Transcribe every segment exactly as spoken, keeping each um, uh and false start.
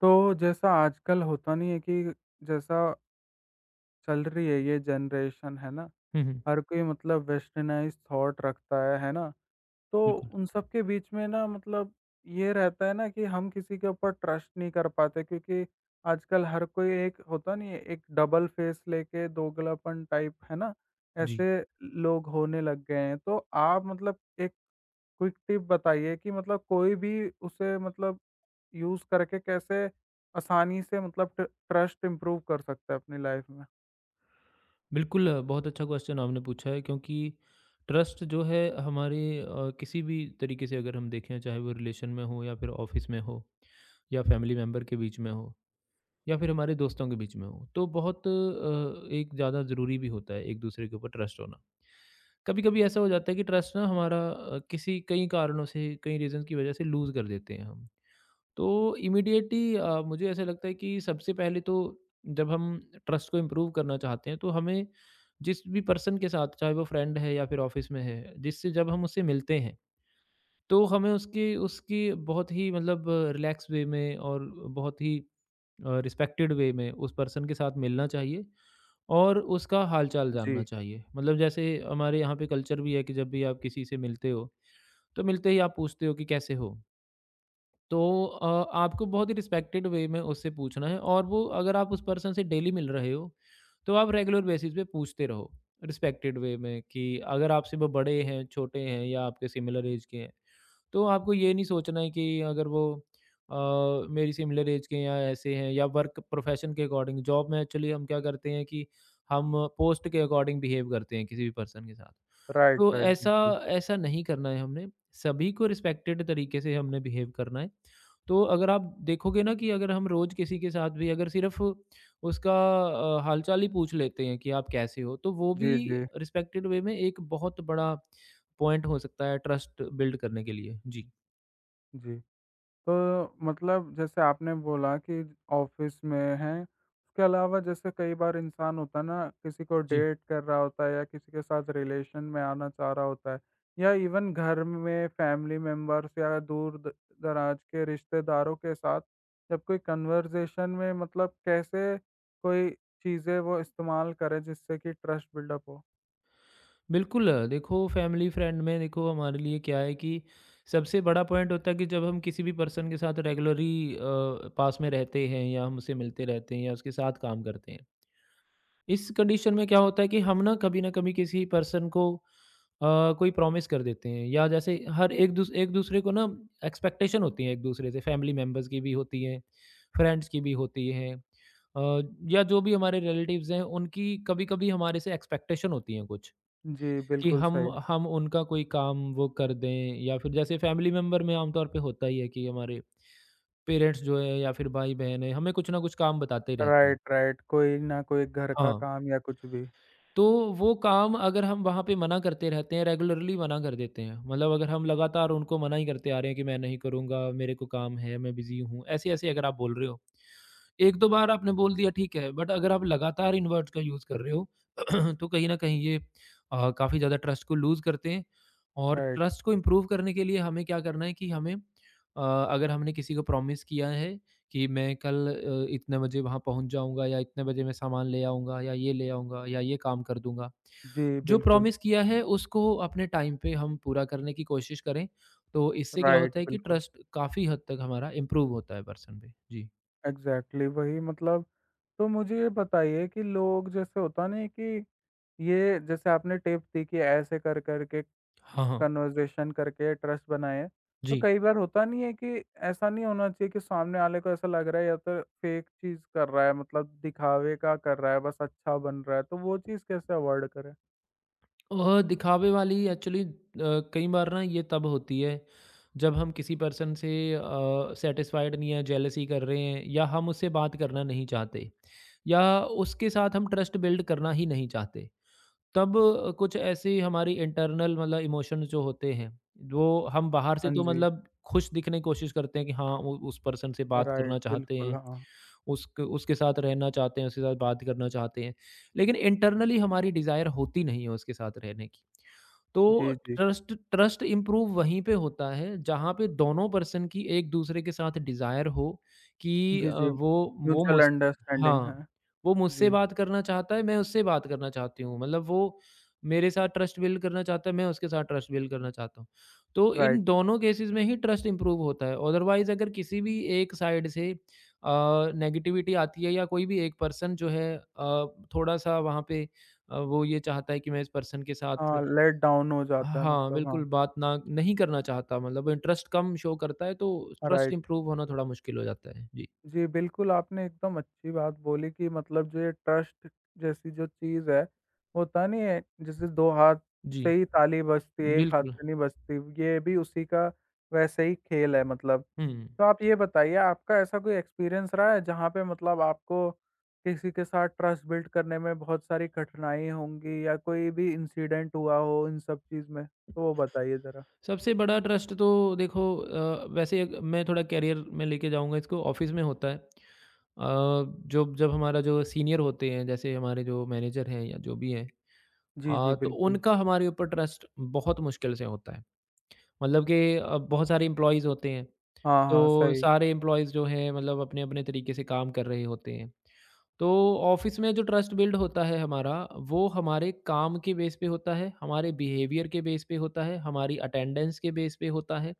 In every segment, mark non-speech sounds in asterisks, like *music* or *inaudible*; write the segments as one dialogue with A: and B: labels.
A: तो जैसा आजकल होता नहीं है कि जैसा चल रही है ये जनरेशन है ना,
B: हुँ, हुँ।
A: हर कोई मतलब वेस्टर्नाइज़ थॉट रखता है, है ना? तो
B: बिल्कुल,
A: उन सब के बीच में ना मतलब ये रहता है ना कि हम किसी के ऊपर ट्रस्ट नहीं कर पाते क्योंकि आजकल हर कोई एक होता नहीं है, एक डबल फेस लेके दोगलापन टाइप, है ना?
B: जी।
A: ऐसे लोग होने लग गए हैं। तो आप मतलब एक क्विक टिप बताइए कि मतलब कोई भी उसे मतलब यूज़ करके कैसे आसानी से मतलब ट ट्रस्ट इम्प्रूव कर सकते हैं अपनी लाइफ़ में।
B: बिल्कुल, अ, बहुत अच्छा क्वेश्चन आपने पूछा है, क्योंकि ट्रस्ट जो है हमारे, अ, किसी भी तरीके से अगर हम देखें, चाहे वो रिलेशन में हो या फिर ऑफ़िस में हो या फैमिली मेंबर के बीच में हो या फिर हमारे दोस्तों के बीच में हो, तो बहुत अ, एक ज़्यादा ज़रूरी भी होता है एक-दूसरे के ऊपर ट्रस्ट होना। कभी-कभी ऐसा हो जाता है कि ट्रस्ट ना हमारा, अ, किसी कई कारणों से, कई रीज़न की वजह से लूज़ कर देते हैं हम। तो इमीडिएटली, अ, मुझे ऐसा लगता है कि सबसे पहले तो जब हम ट्रस्ट को इम्प्रूव करना चाहते हैं, तो हमें जिस भी पर्सन के साथ, चाहे वो फ्रेंड है या फिर ऑफिस में है, जिससे जब हम उससे मिलते हैं, तो हमें उसकी उसकी बहुत ही मतलब रिलैक्स वे में और बहुत ही रिस्पेक्टेड वे में उस पर्सन के साथ मिलना चाहिए और उसका हालचाल जानना
A: जी,
B: चाहिए। मतलब जैसे हमारे यहाँ पे कल्चर भी है कि जब भी आप किसी से मिलते हो, तो मिलते ही आप पूछते हो कि कैसे हो। तो अ, आपको बहुत ही रिस्पेक्टेड वे में उससे पूछना है, और वो अगर आप उस पर्सन से डेली मिल रहे हो, तो आप रेगुलर बेसिस पे पूछते रहो रिस्पेक्टेड वे में। कि अगर आपसे वो बड़े हैं, छोटे हैं या आपके सिमिलर एज के हैं, तो आपको ये नहीं सोचना है कि अगर वो, अ, मेरी सिमिलर एज के हैं या ऐसे हैं या वर्क प्रोफेशन के अकॉर्डिंग, जॉब में एक्चुअली हम क्या करते हैं कि हम पोस्ट के अकॉर्डिंग बिहेव करते हैं किसी भी पर्सन के साथ।
A: राइट,
B: तो
A: राइट,
B: ऐसा
A: बिल्कुल।
B: ऐसा नहीं करना है हमने, सभी को रिस्पेक्टेड तरीके से हमने बिहेव करना है। तो अगर आप देखोगे ना, कि अगर हम रोज़ किसी के साथ भी अगर सिर्फ़ उसका, अ, हाल-चाल ही पूछ लेते हैं कि आप कैसे हो? तो वो
A: जी,
B: भी
A: जी,
B: रिस्पेक्टेड वे में एक बहुत बड़ा पॉइंट हो सकता है ट्रस्ट बिल्ड करने के लिए। जी।
A: जी। तो मतलब जैसे आपने बोला कि ऑफिस में हैं, उसके अलावा जैसे कई बार इंसान होता है ना, किसी को
B: जी।
A: डेट कर रहा होता है या किसी के साथ रिलेशन में आना चाह रहा होता है या इवन घर में फैमिली मेंबर्स या दूर द दराज के रिश्तेदारों के साथ जब कोई कन्वर्सेशन में मतलब कैसे कोई चीज़ें वो इस्तेमाल करें जिससे कि ट्रस्ट बिल्डअप हो?
B: बिल्कुल, देखो फैमिली फ्रेंड में देखो हमारे लिए क्या है, कि सबसे बड़ा पॉइंट होता है कि जब हम किसी भी पर्सन के साथ रेगुलरली, अ, पास में रहते हैं या हम उससे मिलते रहते हैं या उसके साथ काम करते हैं। इस कंडीशन में क्या होता है कि हम ना कभी न कभी किसी पर्सन को, अ, कोई प्रॉमिस कर देते हैं, या जैसे हर एक दूस एक दूसरे को ना एक्सपेक्टेशन होती है, एक दूसरे से फैमिली मेंबर्स की भी होती है, फ्रेंड्स की भी होती है, अ, या जो भी हमारे रिलेटिव्स हैं, उनकी कभी-कभी हमारे से एक्सपेक्टेशन होती हैं कुछ।
A: जी,
B: कि
A: बिल्कुल
B: हम
A: सही।
B: हम उनका कोई काम वो कर दें, या फिर जैसे फैमिली मेम्बर में आमतौर पे होता ही है कि हमारे पेरेंट्स जो है या फिर भाई बहन है, हमें कुछ ना कुछ काम बताते ही रहते हैं।
A: Right, right. कोई ना कोई घर का
B: हाँ,
A: काम या कुछ भी।
B: तो वो काम अगर हम वहाँ पे मना करते रहते हैं, रेगुलरली मना कर देते हैं। मतलब अगर हम लगातार उनको मना ही करते आ रहे हैं कि मैं नहीं करूँगा, मेरे को काम है, मैं बिज़ी हूँ, ऐसे-ऐसे अगर आप बोल रहे हो। 1-2 बार आपने बोल दिया ठीक है, बट अगर आप लगातार इन वर्ड्स का यूज़ कर रहे हो, *clears throat* तो कहीं न कहीं ये, अ, काफ़ी ज़्यादा ट्रस्ट को लूज़ करते हैं। और
A: राइट।
B: ट्रस्ट को इम्प्रूव करने के लिए हमें क्या करना है कि हमें, अ, अगर हमने किसी को प्रॉमिस किया है कि मैं कल, अ, इतने बजे वहाँ पहुँच जाऊँगा या इतने बजे मैं सामान ले आऊँगा या ये ले आऊँगा या ये काम कर दूँगा।
A: जी,
B: जो
A: बिल्कुल।
B: प्रॉमिस किया है उसको अपने टाइम पे हम पूरा करने की कोशिश करें, तो इससे क्या होता
A: राइट,
B: है कि
A: बिल्कुल।
B: ट्रस्ट काफ़ी हद तक हमारा इम्प्रूव होता है पर्सन पे। जी।
A: एग्ज़ैक्टली वही मतलब तो मुझे ये बताइए कि लोग जैसे होता नहीं है कि ये जैसे आपने टिप दी कि ऐसे कर-कर के
B: हाँ, हाँ।
A: कन्वर्सेशन करके ट्रस्ट बनाएँ। तो
B: जी।
A: कई बार होता नहीं है कि ऐसा नहीं होना चाहिए कि सामने वाले को ऐसा लग रहा है या तो फ़ेक चीज़ कर रहा है मतलब दिखावे का कर रहा है, बस अच्छा बन रहा है, तो वो चीज़ कैसे अवॉइड करें?
B: अ, दिखावे वाली एक्चुअली, अ, कई बार ना ये तब होती है जब हम किसी पर्सन से सेटिस्फाइड नहीं है, जेलसी कर रहे हैं या हम उससे बात करना नहीं चाहते या उसके साथ हम ट्रस्ट बिल्ड करना ही नहीं चाहते। तब अ, कुछ ऐसे हमारी इंटरनल मतलब इमोशंस जो होते हैं, वो हम बाहर से
A: हाँ
B: तो
A: जी,
B: मतलब खुश दिखने की कोशिश करते हैं कि हाँ, वो उस पर्सन से बात
A: राइट,
B: करना चाहते
A: बिल्कुल,
B: हैं,
A: हाँ।
B: उसके उसके साथ रहना चाहते हैं, उसके साथ बात करना चाहते हैं, लेकिन इंटरनली हमारी डिज़ायर होती नहीं है उसके साथ रहने की। तो
A: जी, जी।
B: ट्रस्ट ट्रस्ट इम्प्रूव वहीं पे होता है जहाँ पे दोनों पर्सन की एक दूसरे के साथ डिज़ायर हो कि,
A: जी,
B: अ,
A: जी।
B: वो वो
A: म्यूचुअल
B: मुझ
A: अंडरस्टैंडिंग है।
B: हाँ, वो मुझसे
A: जी,
B: बात करना चाहता है, मैं उससे बात करना चाहती हूँ। मतलब वो मेरे साथ ट्रस्ट बिल्ड करना चाहता है, मैं उसके साथ ट्रस्ट बिल्ड करना चाहता हूँ। तो इन
A: राइट।
B: दोनों केसेस में ही ट्रस्ट इम्प्रूव होता है। अदरवाइज़ अगर किसी भी एक साइड से, अ, नेगेटिविटी आती है या कोई भी एक पर्सन जो है, अ, थोड़ा-सा वहाँ पे, अ, वो ये चाहता है कि मैं इस पर्सन के साथ,
A: हाँ, लेट डाउन हो जाता है
B: हाँ,
A: मतलब हाँ,
B: बिल्कुल बात ना नहीं करना चाहता, मतलब इंटरेस्ट कम शो करता है, तो ट्रस्ट
A: राइट।
B: इम्प्रूव होना थोड़ा मुश्किल हो जाता है। जी,
A: जी, बिल्कुल आपने एकदम अच्छी बात बोली कि मतलब जो ये ट्रस्ट जैसी जो चीज़ है, होता नहीं है जैसे दो हाथ से
B: जी,
A: ही ताली बजती है, एक हाथ
B: बिल्कुल।
A: से नहीं बजती, ये भी उसी का वैसे ही खेल है मतलब।
B: हुँ,
A: तो आप ये बताइए आपका ऐसा कोई एक्सपीरियंस रहा है जहाँ पे मतलब आपको किसी के साथ ट्रस्ट बिल्ड करने में बहुत सारी कठिनाई होंगी या कोई भी इंसिडेंट हुआ हो इन सब चीज़ में? तो वो बताइए ज़रा।
B: सबसे बड़ा ट्रस्ट तो देखो, अ, वैसे अग- मैं थोड़ा करियर में लेके जाऊँगा इसको, ऑफ़िस में होता है। अ, जो जब हमारा जो सीनियर होते हैं, जैसे हमारे जो मैनेजर हैं या जो भी हैं,
A: जी, जी,
B: अ, तो
A: बिल्कुल।
B: उनका हमारे ऊपर ट्रस्ट बहुत मुश्किल से होता है। मतलब कि, अ, बहुत सारे एम्प्लॉइज़ होते हैं,
A: हाँ, हाँ,
B: तो
A: सही।
B: सारे एम्प्लॉइज़ जो हैं मतलब अपने-अपने तरीके से काम कर रहे होते हैं। तो ऑफिस में जो ट्रस्ट बिल्ड होता है हमारा, वो हमारे काम के बेस पे होता है, हमारे बिहेवियर के बेस पे होता है, हमारी अटेंडेंस के बेस पे होता है।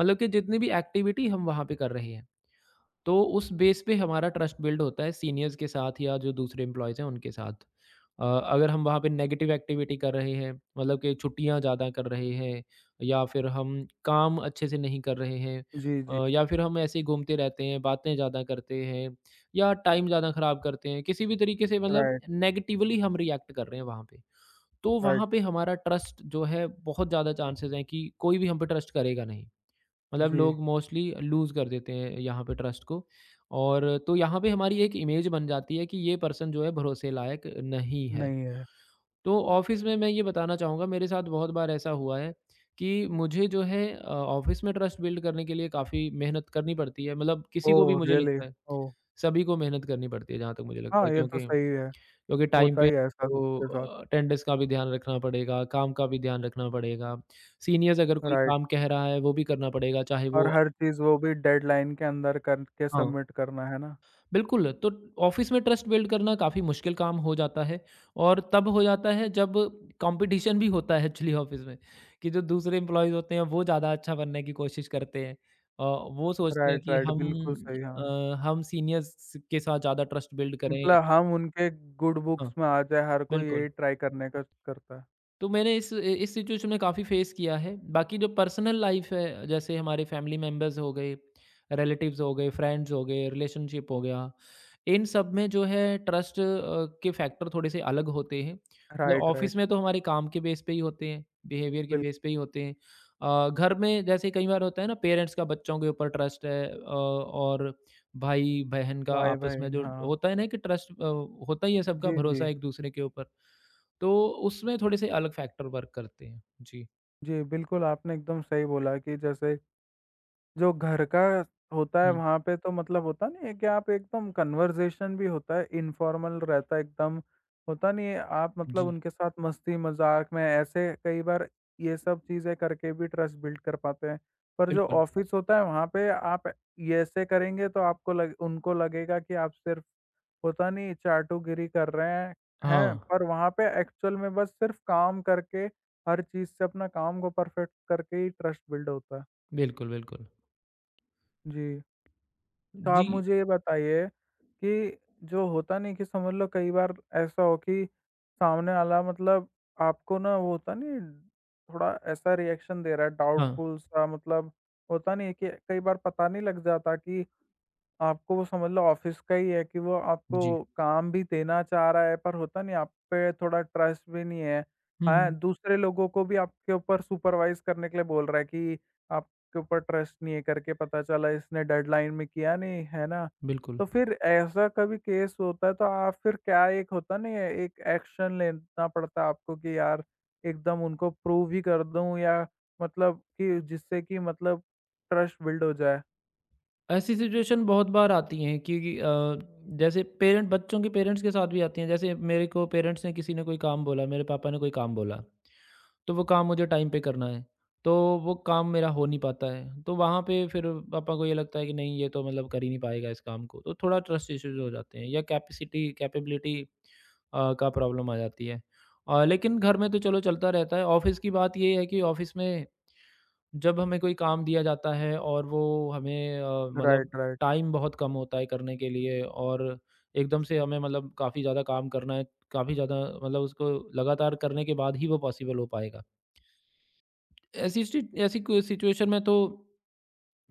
B: मतलब कि जितनी भी एक्टिविटी हम वहाँ पे कर रहे हैं, तो उस बेस पे हमारा ट्रस्ट बिल्ड होता है सीनियर्स के साथ या जो दूसरे एम्प्लॉयज़ हैं उनके साथ। अ, अगर हम वहाँ पे नेगेटिव एक्टिविटी कर रहे हैं, मतलब कि छुट्टियाँ ज़्यादा कर रहे हैं या फिर हम काम अच्छे से नहीं कर रहे हैं,
A: जी, जी।
B: अ, या फिर हम ऐसे ही घूमते रहते हैं, बातें ज़्यादा करते हैं या टाइम ज़्यादा ख़राब करते हैं, किसी भी तरीके से मतलब
A: राइट,
B: नेगेटिवली हम रिएक्ट कर रहे हैं वहाँ पे। तो वहाँ
A: राइट।
B: पे हमारा ट्रस्ट जो है, बहुत ज़्यादा चांसेज़ हैं कि कोई भी हम पे ट्रस्ट करेगा नहीं। मतलब
A: जी,
B: लोग मोस्टली लूज़ कर देते हैं यहाँ पे ट्रस्ट को, और तो यहाँ पे हमारी एक इमेज बन जाती है कि ये पर्सन जो है भरोसे लायक नहीं है।
A: नहीं है।
B: तो ऑफ़िस में मैं ये बताना चाहूँगा, मेरे साथ बहुत बार ऐसा हुआ है कि मुझे जो है, अ, ऑफ़िस में ट्रस्ट बिल्ड करने के लिए काफ़ी मेहनत करनी पड़ती है। मतलब किसी को
A: ओह!
B: भी मुझे
A: रियली?
B: लगता है,
A: ओह!
B: सभी को मेहनत करनी पड़ती है जहाँ तक मुझे लगता
A: हाँ,
B: है,
A: ये तो
B: क्योंकि
A: सही है।
B: क्योंकि टाइम
A: होता
B: पे
A: ही है ऐसा सबके साथ।
B: आपको, अ, अटेंडेंस का भी ध्यान रखना पड़ेगा, काम का भी ध्यान रखना पड़ेगा। सीनियर्स अगर कोई
A: राइट
B: काम कह रहा है वो भी करना पड़ेगा, चाहे
A: और
B: वो,
A: हर चीज़ वो भी डेडलाइन के अंदर करके
B: हाँ।
A: सबमिट करना, है ना?
B: बिल्कुल, तो ऑफ़िस में ट्रस्ट बिल्ड करना काफ़ी मुश्किल काम हो जाता है, और तब हो जाता है जब कॉम्पिटिशन भी होता है एक्चुअली ऑफ़िस में, कि जो दूसरे एम्प्लॉइज़ होते हैं वो ज़्यादा अच्छा बनने की कोशिश करते हैं। अ, वो सोचते हैं
A: राइट,
B: कि,
A: राइट,
B: हम
A: बिल्कुल सही, हाँ।
B: अ, हम सीनियर्स के साथ ज़्यादा ट्रस्ट बिल्ड करें।
A: मतलब हम उनके गुड
B: हाँ,
A: बुक्स में आ जाए, हर कोई
B: बिल्कुल।
A: यही ट्राई करने का करता है।
B: तो मैंने इस इस सिचुएशन में काफ़ी फेस किया है। बाकी जो पर्सनल लाइफ़ है, जैसे हमारे फैमिली मेंबर्स हो गए, रिलेटिव्स हो गए, फ्रेंड्स हो गए, रिलेशनशिप हो गया, इन सब में जो है ट्रस्ट, अ, के फैक्टर थोड़े से अलग होते हैं। मतलब
A: राइट, राइट,
B: ऑफ़िस में तो हमारे काम के बेस पे ही होते हैं, बिहेवियर के
A: बिल
B: बेस पे ही होते हैं। अ, घर में जैसे कई बार होता है ना, पेरेंट्स का बच्चों के ऊपर ट्रस्ट है, अ, और भाई-बहन का आपस में
A: भाई-बहन,
B: जो
A: हाँ।
B: होता है ना, कि ट्रस्ट, अ, होता ही है सबका
A: जी, जी।
B: भरोसा एक-दूसरे के ऊपर। तो उसमें थोड़े से अलग फैक्टर वर्क करते हैं। जी।
A: जी, बिल्कुल आपने एकदम सही बोला कि जैसे जो घर का होता है
B: हुँ,
A: वहाँ पे तो मतलब होता नहीं है कि आप एकदम कन्वर्सेशन भी होता है इनफॉर्मल रहता है एकदम होता नहीं है आप मतलब
B: जी,
A: उनके साथ मस्ती मजाक में ऐसे कई बार ये सब चीज़ें करके भी ट्रस्ट बिल्ड कर पाते हैं। पर जो
B: बिल्कुल।
A: ऑफिस होता है वहाँ पे आप ये ऐसे करेंगे तो आपको लग उनको लगेगा कि आप सिर्फ होता नहीं चाटुगिरी कर रहे हैं, हैं
B: हाँ,
A: पर वहाँ पे एक्चुअल में बस सिर्फ काम करके हर चीज़ से अपना काम को परफेक्ट करके ही ट्रस्ट बिल्ड होता है।
B: बिल्कुल, बिल्कुल।
A: जी। तो आप
B: जी,
A: मुझे ये बताइए कि जो होता नहीं कि समझ लो कई बार ऐसा हो कि सामने वाला मतलब आपको ना वो होता नहीं थोड़ा ऐसा रिएक्शन दे रहा है
B: हाँ,
A: डाउटफुल सा मतलब होता नहीं है कि कई बार पता नहीं लग जाता कि आपको वो समझ लो ऑफिस का ही है कि वो आपको
B: जी।
A: काम भी देना चाह रहा है पर होता नहीं आप पे थोड़ा ट्रस्ट भी नहीं है।
B: हुँ,
A: हाँ,
B: हुँ,
A: दूसरे लोगों को भी आपके ऊपर सुपरवाइज़ करने के लिए बोल रहा है कि आपके ऊपर ट्रस्ट नहीं है करके पता चला इसने डेडलाइन में किया नहीं, है ना?
B: बिल्कुल।
A: तो फिर ऐसा कभी केस होता है तो आप फिर क्या एक होता नहीं है एक एक्शन लेना पड़ता है आपको कि यार एकदम उनको प्रूव ही कर दूँ या मतलब कि जिससे कि मतलब ट्रस्ट बिल्ड हो जाए?
B: ऐसी सिचुएशन बहुत बार आती हैं कि, अ, जैसे पेरेंट बच्चों के पेरेंट्स के साथ भी आती हैं। जैसे मेरे को पेरेंट्स ने, किसी ने कोई काम बोला, मेरे पापा ने कोई काम बोला। तो वो काम मुझे टाइम पे करना है, तो वो काम मेरा हो नहीं पाता है। तो वहाँ पे फिर पापा को ये लगता है कि नहीं, ये तो मतलब कर ही नहीं पाएगा इस काम को, तो थोड़ा ट्रस्ट इश्यूज़ हो जाते हैं, या कैपेसिटी कैपेबिलिटी, अ, का प्रॉब्लम आ जाती है। अ, लेकिन घर में तो चलो चलता रहता है, ऑफ़िस की बात ये है कि ऑफ़िस में जब हमें कोई काम दिया जाता है और वो हमें, अ, मतलब
A: राइट, राइट।
B: टाइम बहुत कम होता है करने के लिए, और एकदम से हमें मतलब काफ़ी ज़्यादा काम करना है, काफ़ी ज़्यादा मतलब उसको लगातार करने के बाद ही वो पॉसिबल हो पाएगा। ऐसी स्टि ऐसी कोई सिचुएशन में तो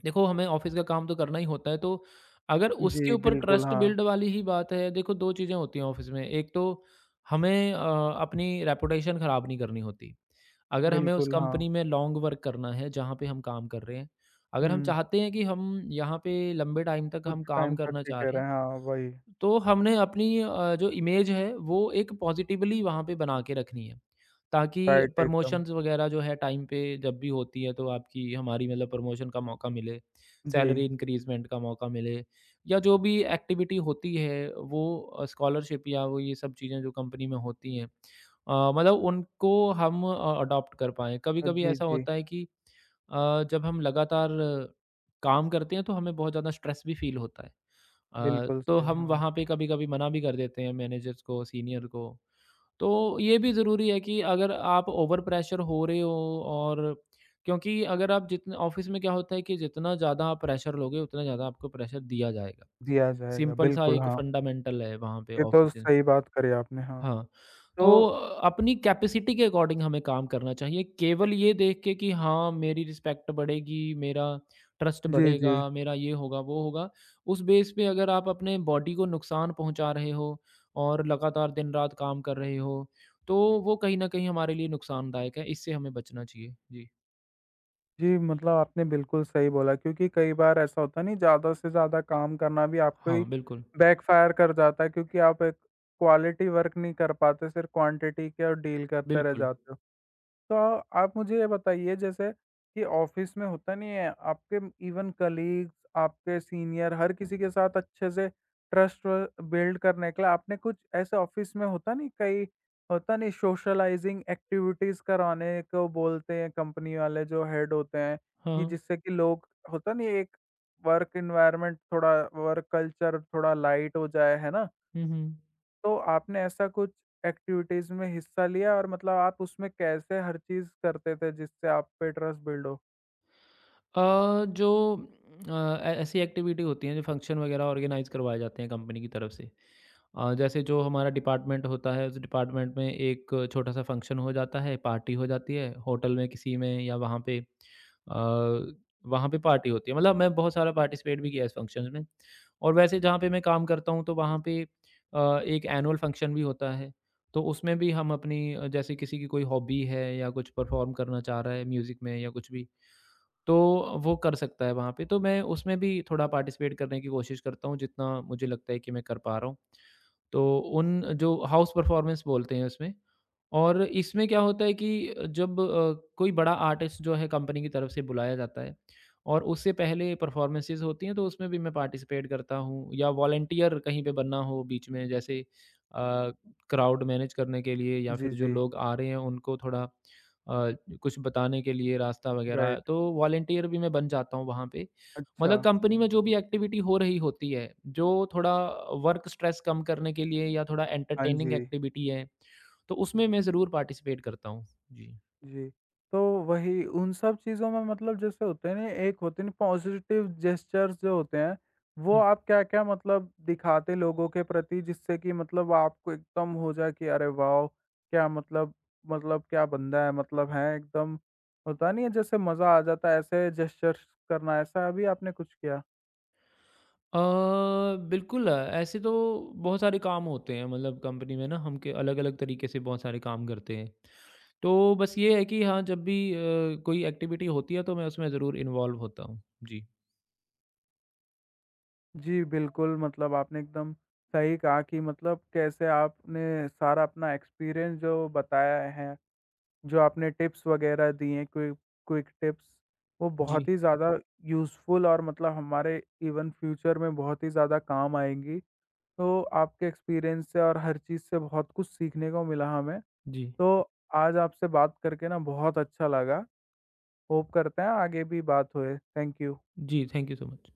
B: देखो, हमें ऑफ़िस का काम तो करना ही होता है। तो अगर उसके
A: जी,
B: ऊपर
A: बिल्कुल,
B: ट्रस्ट
A: हाँ।
B: बिल्ड वाली ही बात है, देखो दो चीज़ें होती हैं ऑफ़िस में। एक तो हमें अ, अपनी रेपुटेशन ख़राब नहीं करनी होती। अगर हमें उस
A: बिल्कुल, हाँ।
B: कंपनी में लॉन्ग वर्क करना है, जहाँ पे हम काम कर रहे हैं, अगर हम
A: हुँ,
B: चाहते हैं कि हम यहाँ पे लंबे टाइम तक
A: कुछ
B: हम काम
A: टाइम तक
B: करना चाह
A: टिके
B: रहे
A: रहे,
B: हैं,
A: हैं, हाँ, वही
B: तो हमने अपनी अ, जो इमेज है वो एक पॉजिटिवली वहाँ पे बना के रखनी है, ताकि
A: राइट एकदम।
B: प्रमोशंस वग़ैरह जो है टाइम पे जब भी होती है तो आपकी हमारी मतलब प्रमोशन का मौका मिले,
A: जी।
B: सैलरी इंक्रीज़मेंट का मौका मिले, या जो भी एक्टिविटी होती है वो अ, स्कॉलरशिप या वो ये सब चीज़ें जो कंपनी में होती हैं, अ, मतलब उनको हम अ, अडॉप्ट कर पाएँ।
A: अ,
B: कभी-कभी
A: जी,
B: ऐसा
A: जी,
B: होता है कि अ, जब हम लगातार काम करते हैं तो हमें बहुत ज़्यादा स्ट्रेस भी फ़ील होता है। अ,
A: बिल्कुल
B: तो
A: सही,
B: हम
A: हाँ,
B: वहाँ पे कभी-कभी मना भी कर देते हैं मैनेजर्स को, सीनियर को। तो ये भी ज़रूरी है कि अगर आप ओवर प्रेशर हो रहे हो और क्योंकि अगर आप जितने ऑफ़िस में क्या होता है कि जितना ज़्यादा आप प्रेशर लोगे, उतना ज़्यादा आपको प्रेशर दिया जाएगा।
A: दिया जाएगा,
B: सिंपल सा
A: बिल्कुल,
B: एक
A: हाँ।
B: फंडामेंटल है वहाँ पे
A: ये तो
B: ऑफ़िस।
A: सही बात करी आपने, हाँ।
B: हाँ,
A: तो
B: तो अ, अपनी कैपेसिटी के अकॉर्डिंग हमें काम करना चाहिए। केवल ये देख के कि हाँ, मेरी रिस्पेक्ट बढ़ेगी, मेरा ट्रस्ट
A: जी,
B: बढ़ेगा,
A: जी।
B: मेरा ये होगा, वो होगा, उस बेस पे अगर आप अपने बॉडी को नुकसान पहुँचा रहे हो और लगातार दिन-रात काम कर रहे हो, तो वो कहीं न कहीं हमारे लिए नुकसानदायक है। इससे हमें बचना चाहिए। जी।
A: जी, मतलब आपने बिल्कुल सही बोला क्योंकि कई बार ऐसा होता नहीं ज़्यादा से ज़्यादा काम करना भी आपको
B: हाँ,
A: ही
B: बिल्कुल,
A: बैकफ़ायर कर जाता है क्योंकि आप एक क्वालिटी वर्क नहीं कर पाते, सिर्फ़ क्वांटिटी का डील करते रह
B: बिल्कुल।
A: जाते हो। तो आप मुझे ये बताइए जैसे कि ऑफिस में होता नहीं है आपके इवन कलीग्स, आपके सीनियर हर किसी के साथ अच्छे से ट्रस्ट व बिल्ड करने के लिए आपने कुछ ऐसे ऑफिस में होता नहीं कई होता नहीं सोशलाइजिंग एक्टिविटीज़ करवाने को बोलते हैं कंपनी वाले जो हेड होते हैं
B: हाँ,
A: कि
B: हाँ।
A: जिससे कि लोग होता नहीं एक वर्क एनवायरनमेंट थोड़ा वर्क कल्चर थोड़ा लाइट हो जाए, है ना?
B: हुँ, हुँ।
A: तो आपने ऐसा कुछ एक्टिविटीज़ में हिस्सा लिया और मतलब आप उसमें कैसे हर चीज़ करते थे जिससे आप पे ट्रस्ट बिल्ड हो?
B: अ, जो अ, ऐ ऐसी एक्टिविटी होती हैं जो फंक्शन वगैरह ऑर्गेनाइज़ करवाए जाते हैं कंपनी की तरफ से। अ, जैसे जो हमारा डिपार्टमेंट होता है उस डिपार्टमेंट में एक छोटा सा फंक्शन हो जाता है, पार्टी हो जाती है होटल में किसी में या वहाँ पे अ, वहाँ पे पार्टी होती है। मतलब मैं बहुत सारा पार्टिसिपेट भी किया है इस फंक्शन में। और वैसे जहाँ पे मैं काम करता हूँ तो वहाँ पे अ, एक एनुअल फंक्शन भी होता है। तो उसमें भी हम अपनी अ, जैसे किसी की कोई हॉबी है या कुछ परफॉर्म करना चाह रहा है म्यूज़िक में या कुछ भी, तो वो कर सकता है वहाँ पे। तो मैं उसमें भी थोड़ा पार्टिसिपेट करने की कोशिश करता हूँ, जितना मुझे लगता है कि मैं कर पा रहा हूँ, तो उन जो हाउस परफॉर्मेंस बोलते हैं उसमें। और इसमें क्या होता है कि जब अ, कोई बड़ा आर्टिस्ट जो है कंपनी की तरफ से बुलाया जाता है, और उससे पहले परफॉर्मेंसेस होती हैं तो उसमें भी मैं पार्टिसिपेट करता हूँ, या वॉलंटियर कहीं पे बनना हो बीच में, जैसे क्राउड मैनेज करने के लिए या
A: जी,
B: फिर जो
A: जी।
B: लोग आ रहे हैं उनको थोड़ा अ, कुछ बताने के लिए रास्ता वगैरह,
A: राइट।
B: तो वॉलंटियर भी मैं बन जाता हूँ वहाँ पे।
A: अच्छा।
B: मतलब कंपनी में जो भी एक्टिविटी हो रही होती है जो थोड़ा वर्क स्ट्रेस कम करने के लिए या थोड़ा
A: हाँ
B: एंटरटेनिंग
A: जी।
B: एक्टिविटी है, तो उसमें मैं ज़रूर पार्टिसिपेट करता हूँ। जी।
A: जी, तो वही उन सब चीज़ों में मतलब जैसे होते हैं ना, एक होते हैं ना पॉज़िटिव जेस्चर्स जो होते हैं, वो
B: हुँ।
A: आप क्या-क्या मतलब दिखाते लोगों के प्रति जिससे कि मतलब आपको एकदम हो जाए कि अरे वाओ! क्या मतलब मतलब क्या बंदा है, मतलब हैं एकदम होता नहीं है जैसे मज़ा आ जाता है ऐसे जेस्चर्स करना, ऐसा अभी आपने कुछ किया?
B: अ, बिल्कुल। अ, ऐसे तो बहुत सारे काम होते हैं, मतलब कंपनी में ना हम के अलग-अलग तरीके से बहुत सारे काम करते हैं। तो बस ये है कि हाँ, जब भी अ, कोई एक्टिविटी होती है तो मैं उसमें ज़रूर इन्वॉल्व होता हूँ। जी।
A: जी, बिल्कुल मतलब आपने एकदम सही कहा कि मतलब कैसे आपने सारा अपना एक्सपीरियंस जो बताया है। जो आपने टिप्स वगैरह दिए हैं, क्विक क्विक टिप्स, वो बहुत
B: जी।
A: ही ज़्यादा यूज़फुल और मतलब हमारे इवन फ्यूचर में बहुत ही ज़्यादा काम आएँगी। तो आपके एक्सपीरियंस से और हर चीज़ से बहुत कुछ सीखने को मिला हमें।
B: जी।
A: तो आज आपसे बात करके ना बहुत अच्छा लगा। होप करते हैं आगे भी बात होए। Thank you.
B: जी, थैंक यू सो मच।